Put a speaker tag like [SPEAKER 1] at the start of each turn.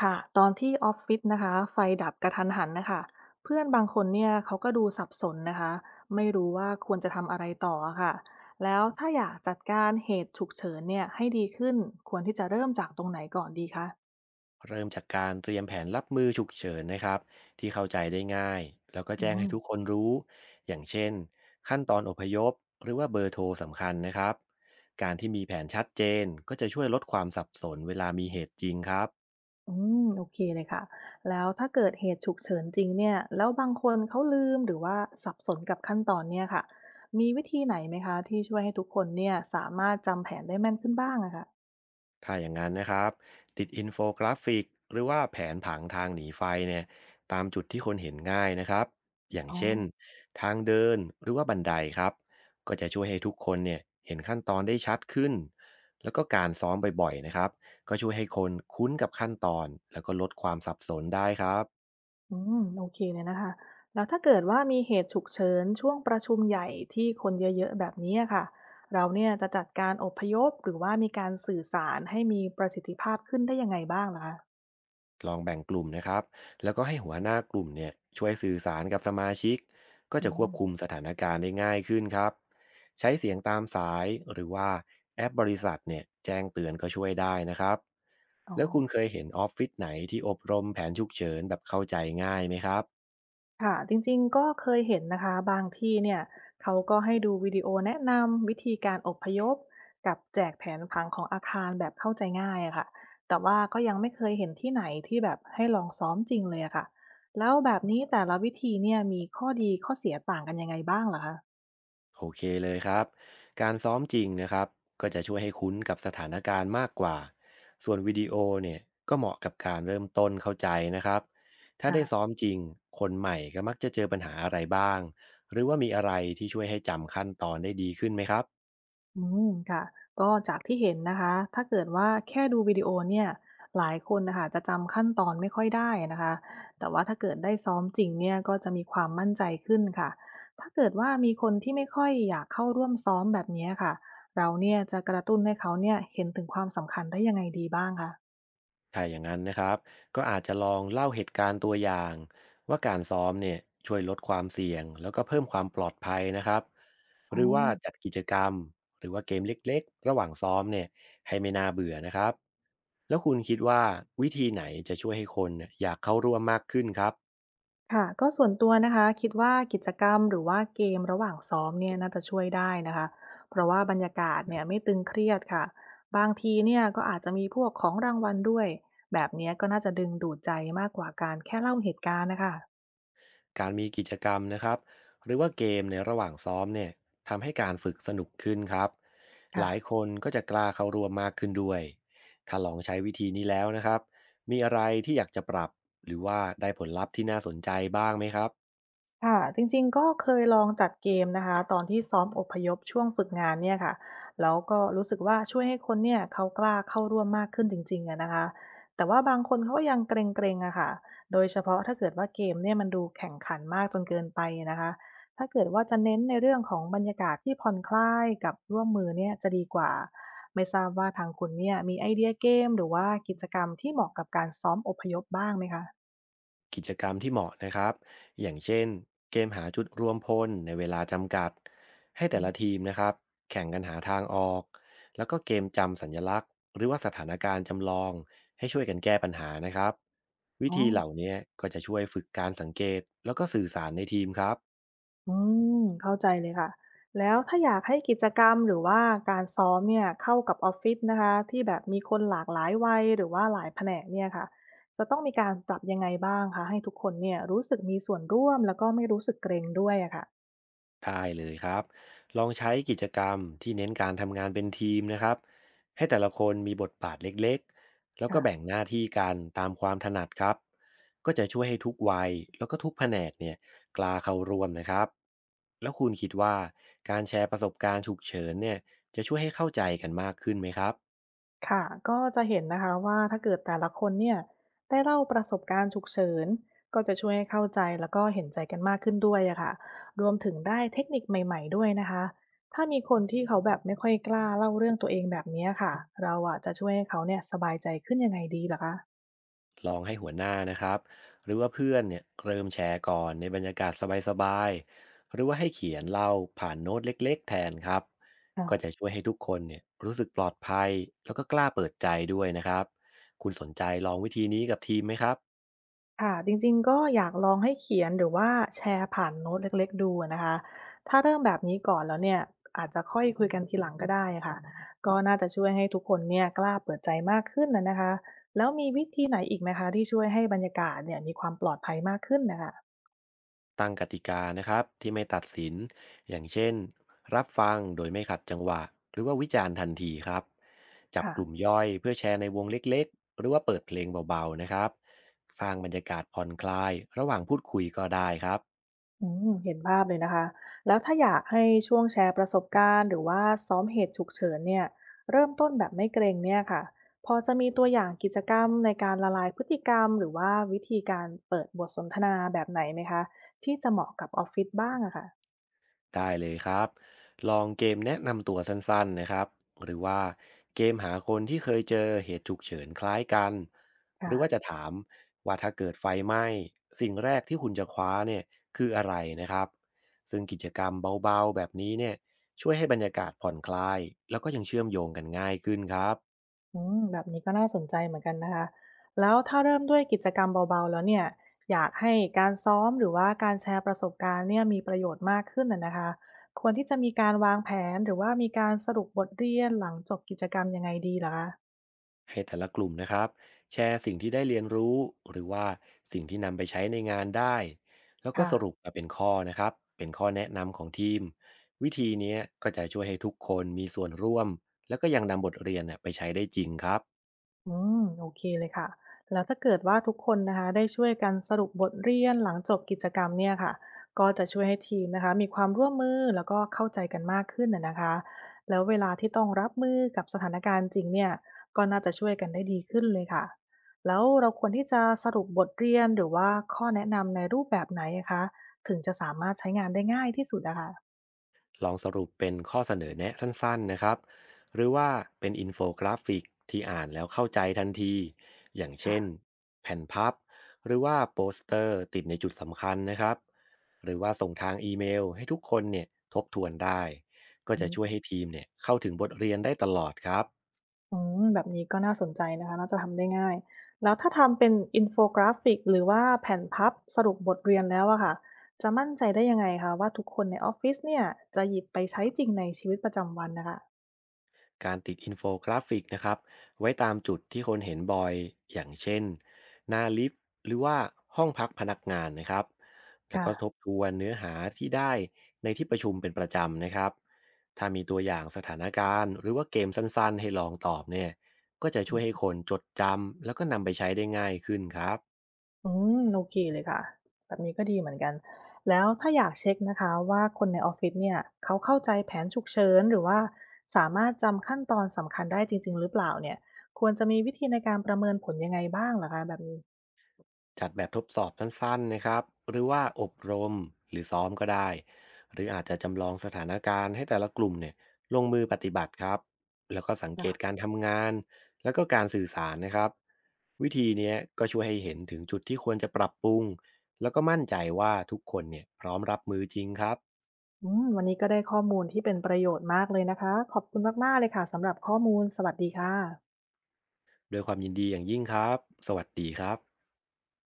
[SPEAKER 1] ค่ะตอนที่ออฟฟิศนะคะไฟดับกระทันหันนะคะเพื่อนบางคนเนี่ยเขาก็ดูสับสนนะคะไม่รู้ว่าควรจะทำอะไรต่ออะค่ะแล้วถ้าอยากจัดการเหตุฉุกเฉินเนี่ยให้ดีขึ้นควรที่จะเริ่มจากตรงไหนก่อนดีคะ
[SPEAKER 2] เริ่มจากการเตรียมแผนรับมือฉุกเฉินนะครับที่เข้าใจได้ง่ายแล้วก็
[SPEAKER 1] อื
[SPEAKER 2] แจ้งให้
[SPEAKER 1] ม
[SPEAKER 2] ทุกคนรู้อย่างเช่นขั้นตอนอพยพหรือว่าเบอร์โทรสำคัญนะครับการที่มีแผนชัดเจนก็จะช่วยลดความสับสนเวลามีเหตุจริงครับ
[SPEAKER 1] อืมโอเคเลยค่ะแล้วถ้าเกิดเหตุฉุกเฉินจริงเนี่ยแล้วบางคนเขาลืมหรือว่าสับสนกับขั้นตอนเนี่ยค่ะมีวิธีไหนไหมคะที่ช่วยให้ทุกคนเนี่ยสามารถจำแผนได้แม่นขึ้นบ้างอะค่ะ
[SPEAKER 2] ถ้าอย่างนั้นนะครับติดอินโฟกราฟิกหรือว่าแผนผังทางหนีไฟเนี่ยตามจุดที่คนเห็นง่ายนะครับอย่าง
[SPEAKER 1] อ๋อ
[SPEAKER 2] เช่นทางเดินหรือว่าบันไดครับก็จะช่วยให้ทุกคนเนี่ยเห็นขั้นตอนได้ชัดขึ้นแล้วก็การซ้อมบ่อยๆนะครับก็ช่วยให้คนคุ้นกับขั้นตอนแล้วก็ลดความสับสนได้ครับ
[SPEAKER 1] อืมโอเคเลยนะคะแล้วถ้าเกิดว่ามีเหตุฉุกเฉินช่วงประชุมใหญ่ที่คนเยอะๆแบบนี้อะค่ะเราเนี่ยจะจัดการอพยพหรือว่ามีการสื่อสารให้มีประสิทธิภาพขึ้นได้ยังไงบ้างล่ะคะ
[SPEAKER 2] ลองแบ่งกลุ่มนะครับ แล้วก็ให้หัวหน้ากลุ่มเนี่ยช่วยสื่อสารกับสมาชิก ก็
[SPEAKER 1] อื
[SPEAKER 2] จะควบ
[SPEAKER 1] ม
[SPEAKER 2] คุมสถานการณ์ได้ง่ายขึ้นครับ ใช้เสียงตามสายหรือว่าแอปบริษัทเนี่ยแจ้งเตือนก็ช่วยได้นะครับ
[SPEAKER 1] อ๋อ
[SPEAKER 2] แล้วคุณเคยเห็นออฟฟิศไหนที่อบรมแผนฉุกเฉินแบบเข้าใจง่ายไหมครับ
[SPEAKER 1] ค่ะจริงๆก็เคยเห็นนะคะบางที่เนี่ยเขาก็ให้ดูวิดีโอแนะนำวิธีการอพยพกับแจกแผนผังของอาคารแบบเข้าใจง่ายอะค่ะแต่ว่าก็ยังไม่เคยเห็นที่ไหนที่แบบให้ลองซ้อมจริงเลยอะค่ะแล้วแบบนี้แต่ละวิธีเนี่ยมีข้อดีข้อเสียต่างกันยังไงบ้างเหรอคะ
[SPEAKER 2] โอเคเลยครับการซ้อมจริงนะครับก็จะช่วยให้คุ้นกับสถานการณ์มากกว่าส่วนวิดีโอเนี่ยก็เหมาะกับการเริ่มต้นเข้าใจนะครับถ้า
[SPEAKER 1] ค่ะ
[SPEAKER 2] ได้ซ้อมจริงคนใหม่ก็มักจะเจอปัญหาอะไรบ้างหรือว่ามีอะไรที่ช่วยให้จำขั้นตอนได้ดีขึ้นไหมครับ
[SPEAKER 1] อืมค่ะก็จากที่เห็นนะคะถ้าเกิดว่าแค่ดูวิดีโอเนี่ยหลายคนนะค่ะจะจำขั้นตอนไม่ค่อยได้นะคะแต่ว่าถ้าเกิดได้ซ้อมจริงเนี่ยก็จะมีความมั่นใจขึ้นค่ะถ้าเกิดว่ามีคนที่ไม่ค่อยอยากเข้าร่วมซ้อมแบบเนี้ยค่ะเราเนี่ยจะกระตุ้นให้เขาเนี่ยเห็นถึงความสำคัญได้ยังไงดีบ้างคะ
[SPEAKER 2] ถ้าอย่างนั้นนะครับก็อาจจะลองเล่าเหตุการณ์ตัวอย่างว่าการซ้อมเนี่ยช่วยลดความเสี่ยงแล้วก็เพิ่มความปลอดภัยนะครับห
[SPEAKER 1] อ๋อ
[SPEAKER 2] รือว่าจัดกิจกรรมหรือว่าเกมเล็กๆระหว่างซ้อมเนี่ยให้ไม่น่าเบื่อนะครับแล้วคุณคิดว่าวิธีไหนจะช่วยให้คนเนี่ยอยากเข้าร่วมมากขึ้นครับ
[SPEAKER 1] ค่ะก็ส่วนตัวนะคะคิดว่ากิจกรรมหรือว่าเกมระหว่างซ้อมเนี่ยน่าจะช่วยได้นะคะเพราะว่าบรรยากาศเนี่ยไม่ตึงเครียดค่ะบางทีเนี่ยก็อาจจะมีพวกของรางวัลด้วยแบบเนี้ยก็น่าจะดึงดูดใจมากกว่าการแค่เล่าเหตุการณ์นะคะ
[SPEAKER 2] การมีกิจกรรมนะครับหรือว่าเกมในระหว่างซ้อมเนี่ยทำให้การฝึกสนุกขึ้นครับห
[SPEAKER 1] ค่ะ
[SPEAKER 2] ลายคนก็จะกล้าเข้าร่วมมากขึ้นด้วยถ้าลองใช้วิธีนี้แล้วนะครับมีอะไรที่อยากจะปรับหรือว่าได้ผลลัพธ์ที่น่าสนใจบ้างไหมครับ
[SPEAKER 1] ค่ะจริงๆก็เคยลองจัดเกมนะคะตอนที่ซ้อมอพยพช่วงฝึกงานเนี่ยค่ะแล้วก็รู้สึกว่าช่วยให้คนเนี่ยเขากล้าเข้าร่วมมากขึ้นจริงๆอะนะคะแต่ว่าบางคนเขาก็ยังเกรงๆอะค่ะโดยเฉพาะถ้าเกิดว่าเกมเนี่ยมันดูแข่งขันมากจนเกินไปนะคะถ้าเกิดว่าจะเน้นในเรื่องของบรรยากาศที่ผ่อนคลายกับร่วมมือเนี่ยจะดีกว่าไม่ทราบว่าทางคุณเนี่ยมีไอเดียเกมหรือว่ากิจกรรมที่เหมาะกับการซ้อมอพยพบ้างไหมคะ
[SPEAKER 2] กิจกรรมที่เหมาะนะครับ อย่างเช่นเกมหาจุดรวมพลในเวลาจำกัด ให้
[SPEAKER 1] อื
[SPEAKER 2] แต่ละ
[SPEAKER 1] ม
[SPEAKER 2] ทีมนะครับแข่งกันหาทางออก แล้วก็เกมจำสัญลักษณ์หรือว่าสถานการณ์จำลองให้ช่วยกันแก้ปัญหานะครับ วิ
[SPEAKER 1] อ๋อ
[SPEAKER 2] ธีเหล่านี้ก็จะช่วยฝึกการสังเกตแล้วก็สื่อสารในทีมครับ
[SPEAKER 1] อืมเข้าใจเลยค่ะแล้วถ้าอยากให้กิจกรรมหรือว่าการซ้อมเนี่ยเข้ากับออฟฟิศนะคะที่แบบมีคนหลากหลายวัยหรือว่าหลายแผนกเนี่ยค่ะจะต้องมีการปรับยังไงบ้างคะให้ทุกคนเนี่ยรู้สึกมีส่วนร่วมแล้วก็ไม่รู้สึกเกรงด้วยอะค่ะ
[SPEAKER 2] ได้เลยครับลองใช้กิจกรรมที่เน้นการทำงานเป็นทีมนะครับให้แต่ละคนมีบทบาทเล็กๆแล้วก็แบ่ง
[SPEAKER 1] ค่ะ
[SPEAKER 2] หน้าที่กันตามความถนัดครับก็จะช่วยให้ทุกวัยแล้วก็ทุกแผนกเนี่ยกล้าเข้าร่วมนะครับแล้วคุณคิดว่าการแชร์ประสบการณ์ฉุกเฉินเนี่ยจะช่วยให้เข้าใจกันมากขึ้นไหมครับ
[SPEAKER 1] ค่ะก็จะเห็นนะคะว่าถ้าเกิดแต่ละคนเนี่ยได้เล่าประสบการณ์ฉุกเฉินก็จะช่วยให้เข้าใจแล้วก็เห็นใจกันมากขึ้นด้วยอะค่ะรวมถึงได้เทคนิคใหม่ๆด้วยนะคะถ้ามีคนที่เขาแบบไม่ค่อยกล้าเล่าเรื่องตัวเองแบบเนี้ยค่ะเราอะจะช่วยให้เขาเนี่ยสบายใจขึ้นยังไงดีหรอคะ
[SPEAKER 2] ลองให้หัวหน้านะครับหรือว่าเพื่อนเนี่ยเริ่มแชร์ก่อนในบรรยากาศสบายๆหรือว่าให้เขียนเล่าผ่านโน้ตเล็กๆแทนครับก็จะช่วยให้ทุกคนเนี่ยรู้สึกปลอดภัยแล้วก็กล้าเปิดใจด้วยนะครับคุณสนใจลองวิธีนี้กับทีมไหมครับ
[SPEAKER 1] ค่ะจริงๆก็อยากลองให้เขียนหรือว่าแชร์ผ่านโน้ตเล็กๆดูอะนะคะถ้าเริ่มแบบนี้ก่อนแล้วเนี่ยอาจจะค่อยคุยกันทีหลังก็ได้ค่ะก็น่าจะช่วยให้ทุกคนเนี่ยกล้าเปิดใจมากขึ้นน่ะนะคะแล้วมีวิธีไหนอีกไหมคะที่ช่วยให้บรรยากาศเนี่ยมีความปลอดภัยมากขึ้นน่ะค่ะ
[SPEAKER 2] ตั้งกติกานะครับที่ไม่ตัดสินอย่างเช่นรับฟังโดยไม่ขัดจังหวะหรือว่าวิจารณ์ทันทีครับจับกลุ่ม
[SPEAKER 1] ค่ะ
[SPEAKER 2] ย่อยเพื่อแชร์ในวงเล็กๆหรือว่าเปิดเพลงเบาๆนะครับสร้างบรรยากาศผ่อนคลายระหว่างพูดคุยก็ได้ครับ
[SPEAKER 1] อืมเห็นภาพเลยนะคะ แล้วถ้าอยากให้ช่วงแชร์ประสบการณ์หรือว่าซ้อมเหตุฉุกเฉินเนี่ยเริ่มต้นแบบไม่เกรงเนี่ยค่ะ พอจะมีตัวอย่างกิจกรรมในการละลายพฤติกรรมหรือว่าวิธีการเปิดบทสนทนาแบบไหนไหมคะที่จะเหมาะกับออฟฟิศบ้างอะค่ะ
[SPEAKER 2] ได้เลยครับลองเกมแนะนำตัวสั้นๆนะครับหรือว่าเกมหาคนที่เคยเจอเหตุฉุกเฉินคล้ายกันห
[SPEAKER 1] ค่ะ
[SPEAKER 2] รือว่าจะถามว่าถ้าเกิดไฟไหม้สิ่งแรกที่คุณจะคว้าเนี่ยคืออะไรนะครับซึ่งกิจกรรมเบาๆแบบนี้เนี่ยช่วยให้บรรยากาศผ่อนคลายแล้วก็ยังเชื่อมโยงกันง่ายขึ้นครับ
[SPEAKER 1] อืมแบบนี้ก็น่าสนใจเหมือนกันนะคะแล้วถ้าเริ่มด้วยกิจกรรมเบาๆแล้วเนี่ยอยากให้การซ้อมหรือว่าการแชร์ประสบการณ์เนี่ยมีประโยชน์มากขึ้นน่ะนะคะควรที่จะมีการวางแผนหรือว่ามีการสรุปบทเรียนหลังจบกิจกรรมยังไงดีเหรอคะ
[SPEAKER 2] ให้แต่ละกลุ่มนะครับแชร์สิ่งที่ได้เรียนรู้หรือว่าสิ่งที่นำไปใช้ในงานได้แล้วก็
[SPEAKER 1] ค่ะ
[SPEAKER 2] สรุปมาเป็นข้อนะครับเป็นข้อแนะนำของทีมวิธีเนี้ยก็จะช่วยให้ทุกคนมีส่วนร่วมแล้วก็ยังนำบทเรียนเนี่ยไปใช้ได้จริงครับ
[SPEAKER 1] อืมโอเคเลยค่ะแล้วถ้าเกิดว่าทุกคนนะคะได้ช่วยกันสรุปบทเรียนหลังจบกิจกรรมเนี่ยค่ะก็จะช่วยให้ทีมนะคะมีความร่วมมือแล้วก็เข้าใจกันมากขึ้นนะนะคะแล้วเวลาที่ต้องรับมือกับสถานการณ์จริงเนี่ยก็น่าจะช่วยกันได้ดีขึ้นเลยค่ะแล้วเราควรที่จะสรุปบทเรียนหรือว่าข้อแนะนำในรูปแบบไหนอะคะถึงจะสามารถใช้งานได้ง่ายที่สุดอะค่ะ
[SPEAKER 2] ลองสรุปเป็นข้อเสนอแนะสั้นๆนะครับหรือว่าเป็นอินโฟกราฟิกที่อ่านแล้วเข้าใจทันที อย่าง
[SPEAKER 1] ค่
[SPEAKER 2] เช่นแผ่นพับหรือว่าโปสเตอร์ติดในจุดสำคัญนะครับหรือว่าส่งทางอีเมลให้ทุกคนเนี่ยทบทวนได้ ก็จะช่วย
[SPEAKER 1] ะ
[SPEAKER 2] ให้ทีมเนี่ยเข้าถึงบทเรียนได้ตลอดครับ
[SPEAKER 1] อืมแบบนี้ก็น่าสนใจนะคะน่าจะทำได้ง่ายแล้วถ้าทำเป็นอินโฟกราฟิกหรือว่าแผ่นพับสรุปบทเรียนแล้วอะค่ะจะมั่นใจได้ยังไงคะว่าทุกคนในออฟฟิศเนี่ยจะหยิบไปใช้จริงในชีวิตประจำวันนะคะ
[SPEAKER 2] การติดอินโฟกราฟิกนะครับไว้ตามจุดที่คนเห็นบ่อยอย่างเช่นหน้าลิฟต์หรือว่าห้องพักพนักงานนะครับแล้ว
[SPEAKER 1] ค่ะ
[SPEAKER 2] ก็ทบทวนเนื้อหาที่ได้ในที่ประชุมเป็นประจำนะครับถ้ามีตัวอย่างสถานการณ์หรือว่าเกมสั้นๆให้ลองตอบเนี่ยก็จะช่วยให้
[SPEAKER 1] อืม
[SPEAKER 2] คนจดจำแล้วก็นำไปใช้ได้ง่ายขึ้นครับ
[SPEAKER 1] โอเคเลยค่ะแบบนี้ก็ดีเหมือนกันแล้วถ้าอยากเช็คนะคะว่าคนในออฟฟิศเนี่ยเขาเข้าใจแผนฉุกเฉินหรือว่าสามารถจำขั้นตอนสำคัญได้จริงๆหรือเปล่าเนี่ยควรจะมีวิธีในการประเมินผลยังไงบ้างเหรอคะแบบนี
[SPEAKER 2] จัดแบบทดสอบสั้นๆนะครับหรือว่าอบรมหรือซ้อมก็ได้หรืออาจจะจำลองสถานการณ์ให้แต่ละกลุ่มเนี่ยลงมือปฏิบัติครับแล้วก็สังเกต
[SPEAKER 1] ้
[SPEAKER 2] การทำงานแล้วก็การสื่อสารนะครับวิธีเนี้ยก็ช่วยให้เห็นถึงจุดที่ควรจะปรับปรุงแล้วก็มั่นใจว่าทุกคนเนี่ยพร้อมรับมือจริงครับ
[SPEAKER 1] อืมวันนี้ก็ได้ข้อมูลที่เป็นประโยชน์มากเลยนะคะขอบคุณมากๆเลยค่ะสำหรับข้อมูลสวัสดีค่ะ
[SPEAKER 2] โดวยความยินดีอย่างยิ่งครับสวัสดีครับ